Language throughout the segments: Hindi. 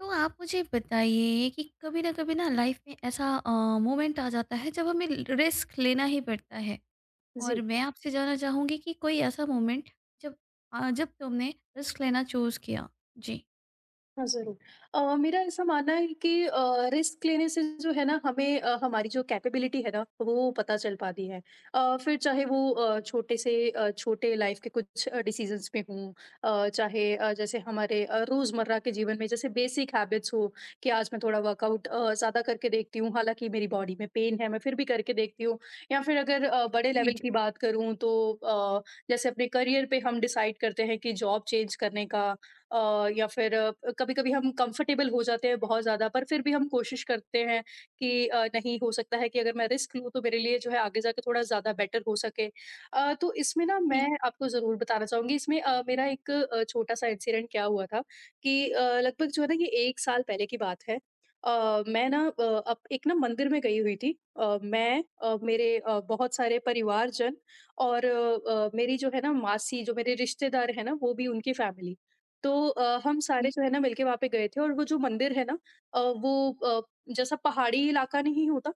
तो आप मुझे बताइए कि कभी ना कभी ना लाइफ में ऐसा मोमेंट आ जाता है जब हमें रिस्क लेना ही पड़ता है। और जी, मैं आपसे जानना चाहूंगी कि कोई ऐसा मोमेंट जब जब तुमने रिस्क लेना चूज किया। जी। हाँ, ज़रूर। मेरा ऐसा मानना है कि रिस्क लेने से जो है ना हमें हमारी जो कैपेबिलिटी है ना वो पता चल पाती है। फिर चाहे वो छोटे लाइफ़ के कुछ डिसीज़न्स पे हों, चाहे जैसे हमारे रोज़मर्रा के जीवन में जैसे बेसिक हैबिट्स हो कि आज मैं थोड़ा वर्कआउट ज़्यादा करके देखती हूँ, हालाँकि मेरी बॉडी में पेन है, मैं फिर भी करके देखती हूँ। या फिर अगर बड़े जी। लेवल जी। की बात करूँ तो जैसे अपने करियर पे हम डिसाइड करते हैं कि जॉब चेंज करने का, या फिर कभी-कभी हम कंफर्टेबल हो जाते हैं बहुत ज़्यादा पर फिर भी हम कोशिश करते हैं कि नहीं, हो सकता है कि अगर मैं रिस्क लूँ तो मेरे लिए जो है आगे जाके थोड़ा ज़्यादा बेटर हो सके। तो इसमें ना ठीक। मैं आपको ज़रूर बताना चाहूँगी, इसमें मेरा एक छोटा-सा इंसिडेंट क्या हुआ था कि लगभग जो है ना ये 1 साल पहले की बात है। मैं ना अ, अप एक ना मंदिर में गई हुई थी। अ, मैं अ, मेरे अ, बहुत सारे परिवारजन और मेरी जो है ना मासी जो मेरे रिश्तेदार हैं ना, वो भी, उनकी फैमिली। तो हम सारे जी। जो है ना मिलके वहाँ पे गए थे और वो जो मंदिर है ना अ, वो अ, जैसा पहाड़ी इलाका नहीं होता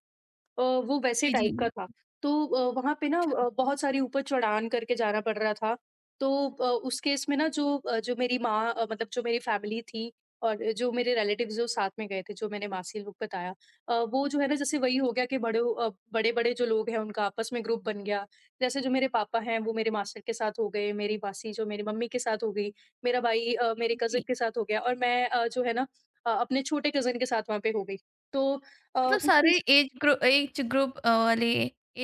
वो वैसे जी। जी, टाइप का था। बिल्कुल। तो वहाँ पे ना अच्छा। बहुत सारी ऊपर चढ़ान करके जाना पड़ रहा था। तो उस केस में ना जो मतलब जो मेरी फैमिली थी और जो मेरे रिलेटिव्स जो साथ में गए थे, जो मैंने मासी लोग बताया। वो जो है ना जैसे वही हो गया कि बड़े-बड़े जो लोग हैं उनका आपस में ग्रुप बन गया। जैसे जो मेरे पापा हैं वो मेरे मास्टर के साथ हो गए, मेरी मासी जो मेरी मम्मी के साथ हो गई, मेरा भाई मेरे जी। कज़िन के साथ हो गया और मैं जो है ना अपने छोटे कज़िन के साथ वहाँ पे हो गई। तो अ, मतलब उस सारे केस एज ग्रुप वाले,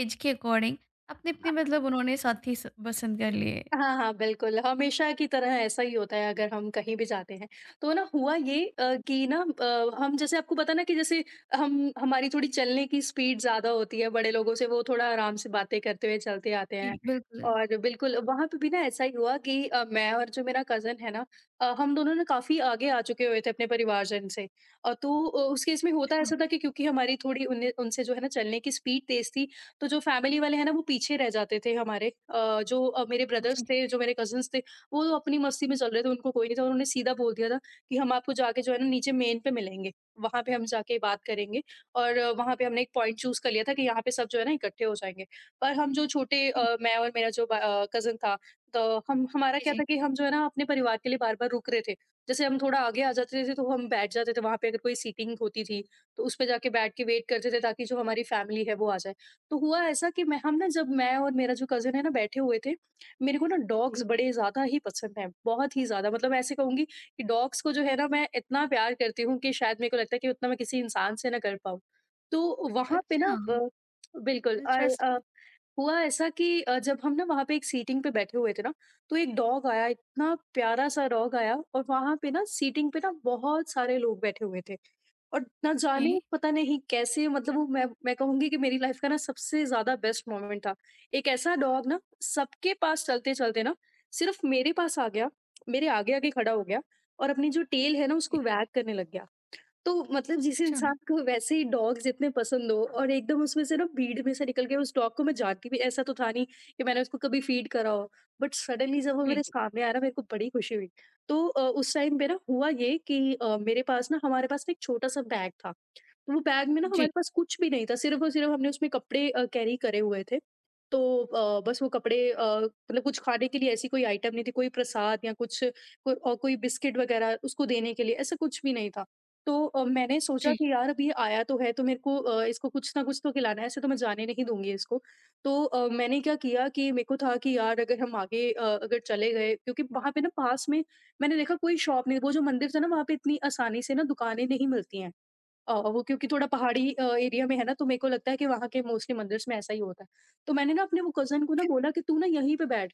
एज के अकॉर्डिंग अपने अपने, मतलब उन्होंने साथी पसंद कर लिए। हाँ, हाँ, बिल्कुल, हमेशा की तरह ऐसा ही होता है अगर हम कहीं भी जाते हैं। तो ना हुआ ये जी, कि ना हम, जैसे आपको पता ना कि जैसे हम हमारी थोड़ी चलने की स्पीड ज़्यादा होती है, बड़े लोगों से, वो थोड़ा आराम से बातें करते हुए चलते आते जी, हैं। बिल्कुल। और हाँ, बिल्कुल, वहाँ पे भी ना ऐसा ही हुआ कि मैं और जो मेरा कज़न है ना हम दोनों ना काफ़ी आगे आ चुके हुए थे अपने परिवारजन से। तो उस केस में होता हाँ, ऐसा था कि क्योंकि हमारी थोड़ी उन्हें उनसे जो है ना चलने की स्पीड तेज़ थी, तो जो फैमिली वाले हैं ना वो पीछे रह जाते थे। हमारे मेरे ब्रदर्स जी, थे, जो मेरे कजिन्स थे, वो तो अपनी मस्ती में चल रहे थे, उनको कोई नहीं था, उन्होंने सीधा बोल दिया था कि हम आपको जाके जो है ना नीचे मेन पे मिलेंगे, वहां पे हम जाके बात करेंगे। और वहां पे हमने एक पॉइंट चूज कर लिया था कि यहाँ पे सब जो है ना इकट्ठे हो जाएंगे। पर हम जो छोटे, जी, मैं और मेरा जो कजन था, तो हम हमारा जी, क्या जी, था कि हम जो है ना अपने परिवार के लिए बार बार रुक रहे थे। जैसे हम थोड़ा आगे आ जाते थे तो हम बैठ जाते थे वहां पे, अगर कोई सीटिंग होती थी तो उस पे जाके बैठ के वेट करते थे ताकि जो हमारी फैमिली है वो आ जाए। तो हुआ ऐसा कि मैं हम ना जब मैं और मेरा जो कज़िन है ना बैठे हुए थे, मेरे को ना जी, डॉग्स बड़े ज़्यादा ही पसंद हैं, बहुत ही ज़्यादा, मतलब ऐसे कहूँगी कि डॉग्स को जो है ना मैं इतना प्यार करती हूँ कि शायद मेरे को लगता है कि उतना मैं किसी इंसान से ना कर पाऊँ। तो वहाँ पे ना अच्छा, बिल्कुल, और इंटरेस्टिंग, हुआ ऐसा कि जब हम ना वहाँ पे एक सीटिंग पे बैठे हुए थे ना, तो एक डॉग आया, इतना प्यारा सा डॉग आया, और वहाँ पे ना सीटिंग पे ना बहुत सारे लोग बैठे हुए थे। और ना ओके, जाने, पता नहीं कैसे, मतलब वो, मैं कहूँगी कि मेरी लाइफ का ना सबसे ज़्यादा बेस्ट मोमेंट था। एक ऐसा डॉग ना सबके पास चलते-चलते ना सिर्फ़ मेरे पास आ गया, मेरे आगे-आगे खड़ा हो गया और अपनी जो टेल है ना उसको जी, वैग करने लग गया। तो मतलब जिस अच्छा। इंसान को वैसे ही डॉग्स इतने पसंद हो, और एकदम उसमें से ना भीड़ में से निकल के, उस डॉग को मैं जानती भी ऐसा तो था नहीं कि मैंने उसको कभी फीड करा हो, बट सडनली जब वो जी, मेरे जी, सामने आया ना, मेरे को बड़ी खुशी हुई। तो उस टाइम पे ना हुआ ये कि मेरे पास ना हमारे पास ना एक छोटा सा बैग था, तो वो बैग में ना जी, हमारे पास कुछ भी नहीं था, सिर्फ़ और सिर्फ़ हमने उसमें कपड़े कैरी करे हुए थे। तो बस वो कपड़े, मतलब कुछ खाने के लिए ऐसी कोई आइटम नहीं थी, कोई प्रसाद या कुछ को, और कोई बिस्किट वग़ैरह उसको देने के लिए, ऐसा कुछ भी नहीं था। तो मैंने सोचा जी। कि यार अभी ये आया तो है, तो मेरे को इसको कुछ ना कुछ तो खिलाना है, ऐसे तो मैं जाने नहीं दूँगी इसको। तो मैंने क्या किया कि मेरे को था कि यार अगर हम अगर चले गए, क्योंकि वहाँ पे ना पास में मैंने देखा कोई शॉप नहीं, वो जो मंदिर था ना वहाँ पे इतनी आसानी से ना दुकानें नहीं मिलती हैं। वो क्योंकि थोड़ा पहाड़ी एरिया में है ना, तो मेरे को लगता है कि वहाँ के मोस्टली मंदिर्स में ऐसा ही होता है। तो मैंने ना अपने वो कज़न को ना बोला कि तू ना यहीं पे बैठ,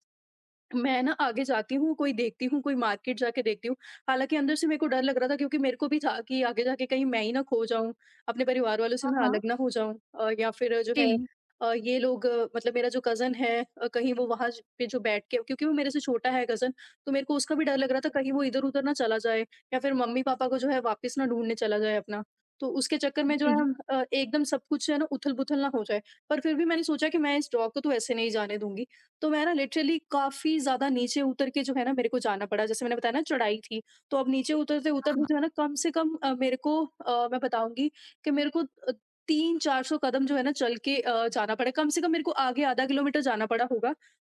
मैं ना आगे जाती हूँ, कोई देखती हूँ, कोई मार्केट जाके देखती हूँ। हालाँकि अंदर से मेरे को डर लग रहा था, क्योंकि मेरे को भी था कि आगे जाके कहीं मैं ही ना खो जाऊँ, अपने परिवार वालों से हाँ, मैं हाँ। अलग ना हो जाऊँ, या फिर जो है, जी, ये लोग, मतलब मेरा जो कज़न है, कहीं वो वहाँ ज पे जो बैठ के, क्योंकि वो मेरे से छोटा है कज़न, तो मेरे को उसका भी डर लग रहा था कहीं वो इधर-उधर ना चला जाए, या फिर मम्मी-पापा को जो है वापस ना ढूँढने चला जाए अपना। तो उसके चक्कर में जो है जी, हम एकदम सब कुछ है ना उथल-पुथल ना हो जाए। पर फिर भी मैंने सोचा कि मैं इस डॉग को तो ऐसे नहीं जाने दूँगी। तो मैं ना लिटरली काफ़ी ज़्यादा नीचे उतर के जो है ना मेरे को जाना पड़ा। जैसे मैंने बताया ना चढ़ाई थी, तो अब नीचे हाँ, उतरते-उतरते हाँ। जो है ना कम से कम मैं बताऊँगी कि मेरे को 3-400 कदम जो है ना चल के जाना पड़ा। कम से कम मेरे को आगे आधा किलोमीटर जाना पड़ा होगा,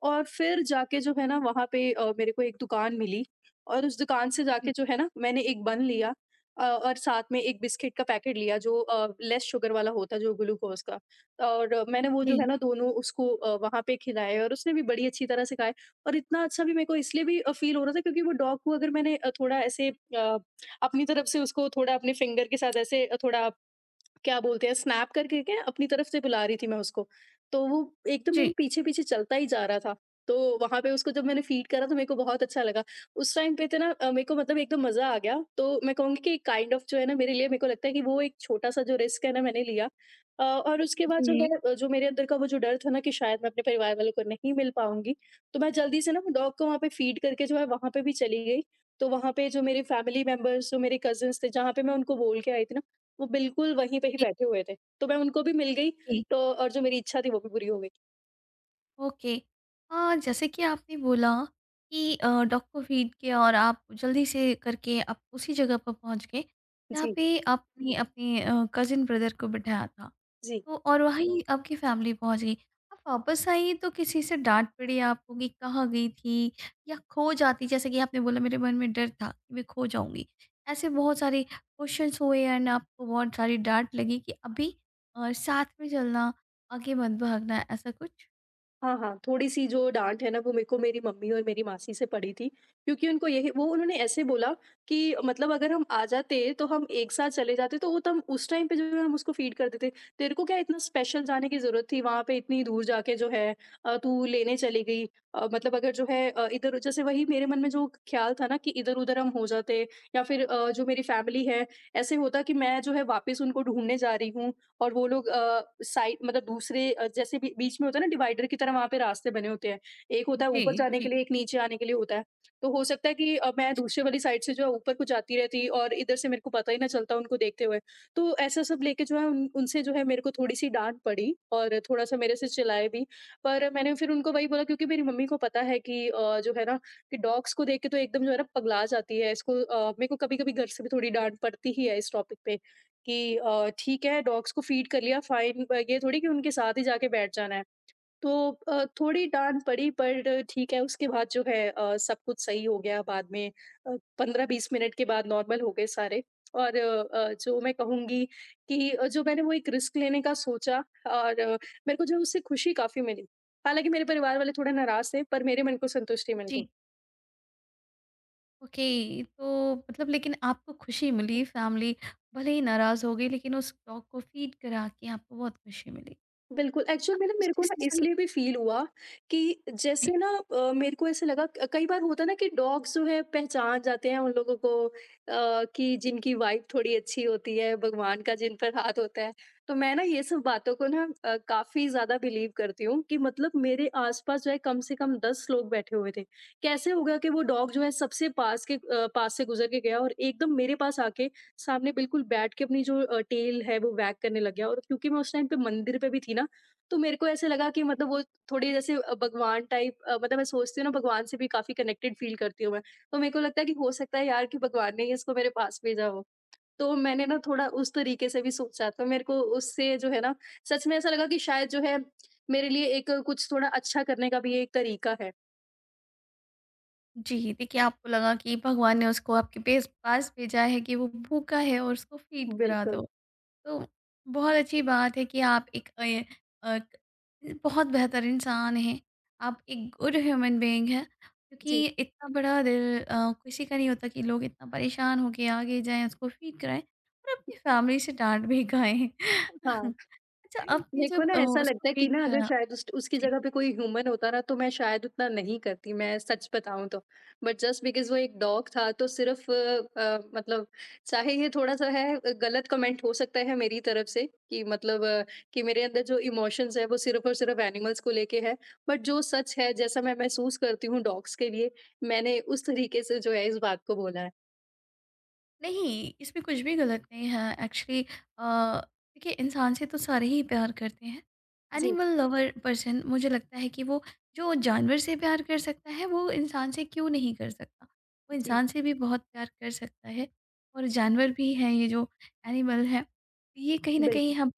और फिर जाके जो है ना वहाँ पे मेरे को एक दुकान मिली, और उस दुकान से जी, जाके जो है ना मैंने एक बन लिया, और साथ में एक बिस्किट का पैकेट लिया जो लेस शुगर वाला होता है, जो ग्लूकोज़ का। और मैंने वो जो जी, है ना दोनों उसको वहाँ पे खिलाए, और उसने भी बड़ी अच्छी तरह से खाए। और इतना अच्छा भी मेरे को इसलिए भी फील हो रहा था क्योंकि वो डॉग को अगर मैंने थोड़ा ऐसे, अपनी तरफ से उसको थोड़ा अपने फिंगर के साथ ऐसे थोड़ा, क्या बोलते हैं, स्नैप करके क्या अपनी तरफ से बुला रही थी मैं उसको। तो वो एकदम मेरे जी, पीछे-पीछे चलता ही जा रहा था। तो वहाँ पे उसको जब मैंने फ़ीड करा तो मेरे को बहुत अच्छा लगा। उस टाइम पे तो ना मेरे को मतलब एकदम मज़ा आ गया। तो मैं कहूँगी कि काइंड ऑफ जो है ना मेरे लिए, मेरे को लगता है कि वो एक छोटा-सा जो रिस्क है ना मैंने लिया। और उसके बाद जो जी, है, जो मेरे अंदर का वो जो डर था ना कि शायद मैं अपने परिवार वालों को नहीं मिल पाऊँगी। तो मैं जल्दी से ना वो डॉग को वहाँ पे फ़ीड करके जो है वहाँ पे भी चली गई। तो वहाँ पे जो मेरे फैमिली मेंबर्स, जो मेरे कज़िन्स थे, जहाँ पे मैं उनको बोल के आई थी ना, वो बिल्कुल वहीं पे ही जी, बैठे हुए थे। तो मैं उनको भी मिल गई, जी, तो और जो मेरी इच्छा थी वो भी पूरी हो गई। ओके। जैसे कि आपने बोला कि डॉग को फ़ीड किया और आप जल्दी से करके आप उसी जगह पर पहुँच गए, जहाँ जी, पे आपने अपने कज़िन ब्रदर को बिठाया था। जी। तो और वहीं आपकी फैमिली पहुँच गई। आप वापस आई तो किसी से डाँट पड़ी आपको कि कहाँ गई थी? या खो जाती, जैसे कि आपने बोला मेरे मन में डर था कि मैं खो जाऊँगी। ऐसे बहुत सारे क्वेश्चन्स हुए एंड आपको बहुत सारी डाँट लगी कि अभी साथ में चलना, आगे मत भागना, ऐसा कुछ? हाँ, हाँ, थोड़ी-सी जो डाँट है ना वो मेरे को मेरी मम्मी और मेरी मासी से पड़ी थी, क्योंकि उनको यही, वो उन्होंने ऐसे बोला कि मतलब अगर हम आ जाते तो हम एक साथ चले जाते तो वो तब उस टाइम पे जो है हम उसको फ़ीड कर देते। तेरे को क्या इतना स्पेशल जाने की ज़रूरत थी वहाँ पे इतनी दूर जाके जो है तू लेने चली गई। मतलब अगर जो है इधर जैसे वही मेरे मन में जो ख़्याल था ना कि इधर-उधर हम हो जाते या फिर जो मेरी फैमिली है ऐसे होता कि मैं जो है वापस उनको ढूँढने जा रही हूँ और वो लोग साइड मतलब दूसरे जैसे बी बीच में होता है ना डिवाइडर की तरह वहाँ पे रास्ते बने होते हैं। एक होता है जी, ऊपर जाने जी, के लिए, एक नीचे आने के लिए होता है। तो हो सकता है कि मैं दूसरे वाली साइड से जो है ऊपर को जाती रहती और इधर से मेरे को पता ही ना चलता उनको देखते हुए। तो ऐसा सब लेके जो है उन उनसे जो है मेरे को थोड़ी-सी डाँट पड़ी और थोड़ा-सा मेरे से चिल्लाए भी। पर मैंने फिर उनको वही बोला क्योंकि मेरी मम्मी को पता है कि जो है ना कि डॉग्स को देख के तो एकदम जो है ना पगला जाती है। इसको मेरे को कभी-कभी घर से भी थोड़ी डाँट पड़ती ही है इस टॉपिक पे। कि ठीक है डॉग्स को फीड कर लिया फ़ाइन ये थोड़ी कि उनके साथ ही जाके बैठ जाना है। तो थोड़ी डाँट पड़ी पर ठीक है उसके बाद जो है सब कुछ सही हो गया बाद में अ, 15-20 मिनट के बाद नॉर्मल हो गए सारे। और जो मैं कहूँगी कि जो मैंने वो एक रिस्क लेने का सोचा और मेरे को जो है उससे खुशी काफ़ी मिली। हालाँकि मेरे परिवार वाले थोड़े नाराज़ थे पर मेरे मन को संतुष्टि मिल गई। जी। ओके, तो मतलब लेकिन आपको खुशी मिली, फैमिली भले ही नाराज़ हो गई लेकिन उस टॉक को फ़ीड करा के आपको बहुत खुशी मिली। बिल्कुल, एक्चुअल में ना उस मेरे को ना डिसीज़न। इसलिए भी फ़ील हुआ कि जैसे ना मेरे को ऐसे लगा क कई बार होता है ना कि डॉग्स जो है पहचान जाते हैं उन लोगों को कि जिनकी वाइब थोड़ी अच्छी होती है, भगवान का जिन पर हाथ होता है। तो मैं ना ये सब बातों को ना काफ़ी ज़्यादा बिलीव करती हूँ कि मतलब मेरे आस-पास जो है कम से कम 10 लोग बैठे हुए थे। कैसे हो गया कि वो डॉग जो है सबसे पास के पास से गुज़र के गया और एकदम मेरे पास आके सामने बिल्कुल बैठ के अपनी जो टेल है वो वैग करने लग गया और क्योंकि मैं उस टाइम पे मंदिर पे भी थी ना, तो मेरे को ऐसे लगा कि मतलब वो थोड़ी जैसे भगवान टाइप मतलब मैं सोचती हूँ ना भगवान से भी काफ़ी कनेक्टेड फ़ील करती हूँ मैं। तो मेरे को लगता है कि हो सकता है यार कि भगवान ने ही इसको मेरे पास भेजा हो। तो मैंने ना थोड़ा उस तरीके से भी सोचा तो मेरे को उससे जो है ना सच में ऐसा लगा कि शायद जो है मेरे लिए एक कुछ थोड़ा अच्छा करने का भी एक तरीका है। जी, देखिए आपको लगा कि भगवान ने उसको आपके पेस पास भेजा है कि वो भूखा है और उसको फ़ीड करा दो। बिल्कुल। तो बहुत अच्छी बात है कि आप एक अ, बहुत बेहतर इंसान हैं। आप एक गुड ह्यूमन बीइंग हैं जी। क्योंकि इतना बड़ा दिल किसी का नहीं होता कि लोग इतना परेशान होके आगे जाएँ, उसको फ़ीड कराएँ और अपनी फैमिली से डाँट भी खाएँ। हाँ। अच्छा, आपने मेरे को जब ना ऐसा उसको लगता है कि फ़ीड ना अगर करा। शायद उस उसकी जी। जगह पे कोई ह्यूमन होता ना तो मैं शायद उतना नहीं करती, मैं सच बताऊँ तो। बट जस्ट बिकॉज़ वो एक डॉग था तो सिर्फ़ मतलब चाहे ये थोड़ा-सा है गलत कमेंट हो सकता है मेरी तरफ से कि मतलब कि मेरे अंदर जो इमोशंस है वो सिर्फ़ और सिर्फ़ एनिमल्स को लेके है। बट जो सच है जैसा मैं महसूस करती हूँ डॉग्स के लिए, मैंने उस तरीके से जो है इस बात को बोला है। नहीं, इसमें कुछ भी गलत नहीं है एक्चुअली। अ, देखिए, इंसान से तो सारे ही प्यार करते हैं। जी, एनिमल लवर पर्सन, मुझे लगता है कि वो जो जानवर से प्यार कर सकता है, वो इंसान से क्यों नहीं कर सकता? वो जी, इंसान से भी बहुत प्यार कर सकता है। और जानवर भी हैं, ये जो एनिमल हैं, ये कहीं न कहीं बिल्कुल हम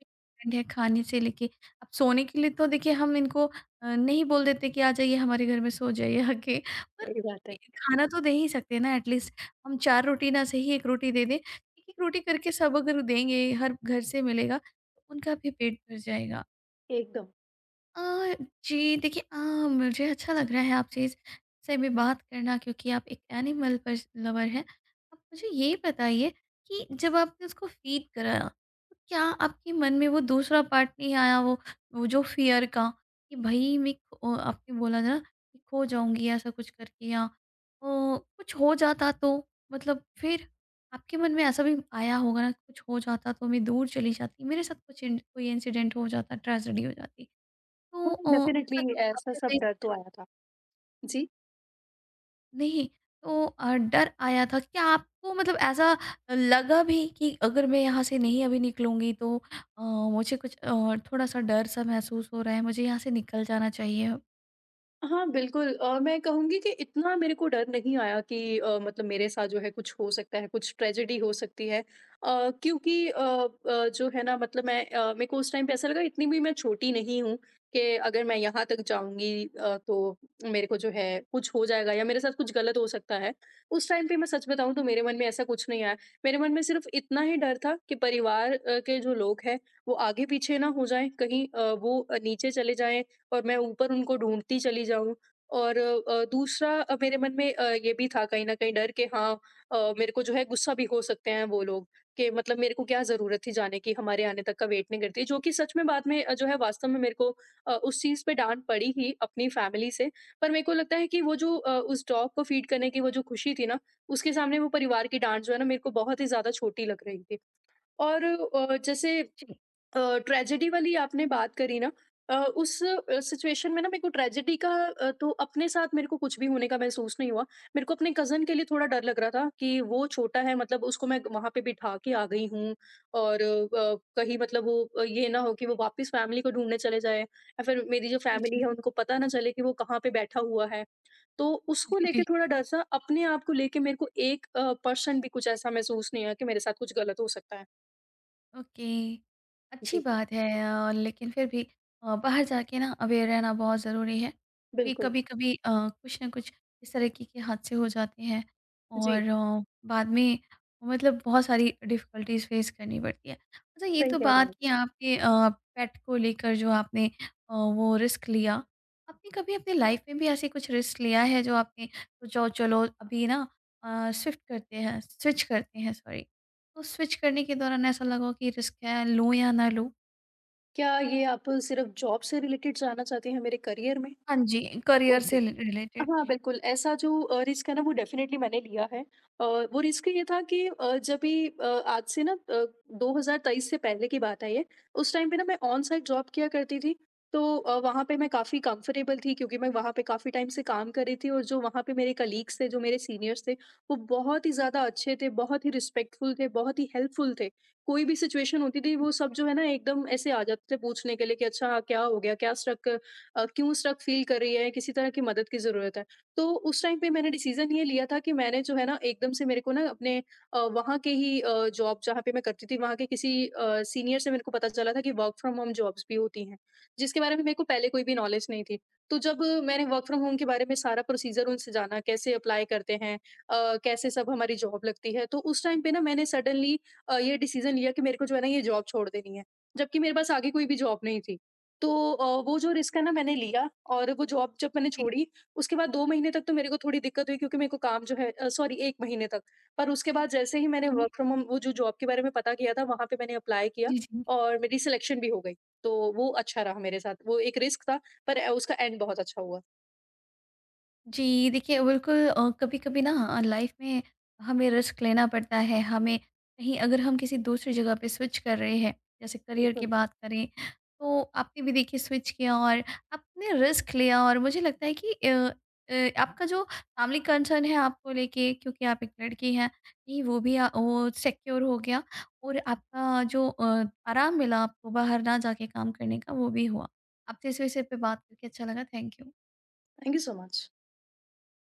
है खाने से लेके अब सोने के लिए, तो देखिए हम इनको नहीं बोल देते कि आ जाइए हमारे घर में सो जाइए आके, पर सही बात है, खाना तो दे ही सकते हैं ना एटलीस्ट। हम 4 रोटी ना सही 1 रोटी दे दें, 1-1 रोटी करके सब अगर देंगे हर घर से मिलेगा, तो उनका भी पेट भर जाएगा। एकदम। अ, जी, देखिए, मुझे अच्छा लग रहा है आपसे इस से भी बात करना, क्योंकि आप एक एनिमल पर्स लवर हैं। आप मुझे ये बताइए कि जब आपने उसको फ़ीड कराया, तो क्या आपके मन में वो दूसरा पार्ट नहीं आया, वो जो फ़ियर का, कि भई मैं खो आपने बोला था ना कि खो जाऊँगी, ऐसा कुछ करके, या कुछ हो जाता तो? मतलब फिर आपके मन में ऐसा भी आया होगा ना, कुछ हो जाता तो मैं दूर चली जाती, मेरे साथ कुछ इंड कोई इंसिडेंट हो जाता, ट्रेजेडी हो जाती। तो हाँ, डेफ़िनेटली ऐसा कुछ ऐसा आपके सब फेस डर तो आया था। जी। नहीं, तो डर आया था क्या आपको, मतलब ऐसा लगा भी कि अगर मैं यहाँ से नहीं अभी निकलूँगी तो अ, मुझे कुछ थोड़ा-सा डर-सा महसूस हो रहा है, मुझे यहाँ से निकल जाना चाहिए अब? हाँ, बिल्कुल मैं कहूँगी कि इतना मेरे को डर नहीं आया कि मतलब मेरे साथ जो है कुछ हो सकता है, कुछ ट्रेजेडी हो सकती है। क्योंकि जो है ना मतलब मैं मेरे को उस टाइम पे ऐसा लगा इतनी भी मैं छोटी नहीं हूँ कि अगर मैं यहाँ तक जाऊँगी तो मेरे को जो है कुछ हो जाएगा या मेरे साथ कुछ गलत हो सकता है। उस टाइम पे मैं सच बताऊँ तो मेरे मन में ऐसा कुछ नहीं आया। मेरे मन में सिर्फ़ इतना ही डर था कि परिवार के जो लोग हैं वो आगे-पीछे ना हो जाएँ, कहीं वो नीचे चले जाएँ और मैं ऊपर उनको ढूँढती चली जाऊँ। और दूसरा मेरे मन में ये भी था कहीं न कहीं डर कि हाँ मेरे को जो है गुस्सा भी हो सकते हैं वो लोग, कि मतलब मेरे को क्या ज़रूरत थी जाने की, हमारे आने तक का वेट नहीं करती। जो कि सच में बाद में जो है वास्तव में मेरे को उस चीज़ पे डाँट पड़ी ही अपनी फैमिली से। पर मेरे को लगता है कि वो जो उस डॉग को फीड करने की वो जो खुशी थी ना, उसके सामने वो परिवार की डाँट जो है ना मेरे को बहुत ही ज़्यादा छोटी लग रही थी। और जैसे जी। अ, ट्रेजेडी वाली आपने बात करी ना उस सिचुएशन में ना मेरे को ट्रेजेडी का तो अपने साथ मेरे को कुछ भी होने का महसूस नहीं हुआ। मेरे को अपने कज़न के लिए थोड़ा डर लग रहा था कि वो छोटा है मतलब उसको मैं वहाँ पे बिठा के आ गई हूँ और कहीं मतलब वो ये ना हो कि वो वापस फैमिली को ढूंढने चले जाए या फिर मेरी जो जी, फैमिली जी। है उनको पता ना चले कि वो कहाँ पे बैठा हुआ है। तो उसको जी, लेके जी। थोड़ा डर सा अपने आप को लेके मेरे को एक परसेंट भी कुछ ऐसा महसूस नहीं हुआ कि मेरे साथ कुछ गलत हो सकता है। ओके, अच्छी जी, बात है। लेकिन फिर भी बाहर जाके ना अवेयर रहना बहुत ज़रूरी है, क्योंकि बिल्कुल। कभी-कभी कुछ ना कुछ इस तरीके के हादसे हो जाते हैं जी, और बाद में मतलब बहुत सारी डिफ़िकल्टीज़ फ़ेस करनी पड़ती है। अच्छा, ये सही तो कह रहे बात हैं। कि आपके पेट को लेकर जो आपने वो रिस्क लिया, आपने कभी अपनी लाइफ़ में भी ऐसे कुछ रिस्क लिया है, जो आपने सोचा हो चलो अभी ना शिफ्ट करते हैं, स्विच करते हैं, सॉरी, तो स्विच करने के दौरान ऐसा लगा हो कि रिस्क है, लूँ या ना लूँ? क्या ये आप सिर्फ़ जॉब से रिलेटेड जानना चाहते हैं मेरे करियर में? हाँ जी, करियर ओके। से रिलेटेड। हाँ, जी। बिल्कुल, ऐसा जो रिस्क है ना वो डेफ़िनेटली मैंने लिया है। वो रिस्क ये था कि जब भी आज से ना 2023 से पहले की बात है ये, उस टाइम पे ना मैं ऑन साइट जॉब किया करती थी, तो वहाँ पे मैं काफ़ी कंफ़र्टेबल थी क्योंकि मैं वहाँ पे काफ़ी टाइम से काम कर रही थी और जो वहाँ पे मेरे कलीग्स थे, जो मेरे सीनियर्स थे, वो बहुत ही ज़्यादा अच्छे थे, बहुत ही रिस्पेक्टफुल थे, बहुत ही हेल्पफुल थे। कोई भी सिचुएशन होती थी, वो सब जो है ना एकदम ऐसे आ जाते थे पूछने के लिए कि अच्छा क्या हो गया? क्यों स्टक फील कर रही है, किसी तरह की मदद की ज़रूरत है। तो उस टाइम पे मैंने डिसीज़न ये लिया था कि मैंने जो है ना एकदम से मेरे को ना अपने वहाँ के ही जॉब जहाँ पे मैं करती थी वहाँ के किसी सीनियर से मेरे को पता चला था कि वर्क फ्रॉम होम जॉब्स भी होती हैं, जिसके बारे में मेरे को पहले कोई भी नॉलेज नहीं थी। तो जब मैंने वर्क फ्रॉम होम के बारे में सारा प्रोसीज़र उनसे जाना, कैसे अप्लाई करते हैं, कैसे सब हमारी जॉब लगती है, तो उस टाइम पे ना मैंने सडनली ये डिसीज़न लिया कि मेरे को जो है ना ये जॉब छोड़ देनी है। जबकि मेरे पास आगे कोई भी जॉब नहीं थी। तो वो जो रिस्क है ना मैंने लिया और वो जॉब जब मैंने जी, छोड़ी उसके बाद 2 महीने तक तो मेरे को थोड़ी दिक्कत हुई क्योंकि मेरे को काम जो है सॉरी 1 महीने तक। पर उसके बाद जैसे ही मैंने वर्क फ्रॉम होम वो जो जॉब के बारे में पता किया था वहाँ पे मैंने अप्लाई किया जी, जी। और मेरी सिलेक्शन भी हो गई। तो वो अच्छा रहा मेरे साथ। वो एक रिस्क था पर उसका एंड बहुत अच्छा हुआ। जी, देखिए बिल्कुल। कभी-कभी ना लाइफ में हमें रिस्क लेना पड़ता है। हमें कहीं अगर हम किसी दूसरी जगह पे स्विच कर रहे हैं, जैसे करियर की बिल्कुल। बात करें, तो आपने भी देखिए स्विच किया और आपने रिस्क लिया और मुझे लगता है कि आपका जो फैमिली कंसर्न है आपको लेके, क्योंकि आप एक लड़की हैं, कहीं वो भी अ, वो सिक्योर हो गया, और आपका जो आराम मिला आपको बाहर ना जाके काम करने का, वो भी हुआ। आपसे इस विषय पे बात करके अच्छा लगा। Thank you. Thank you so much.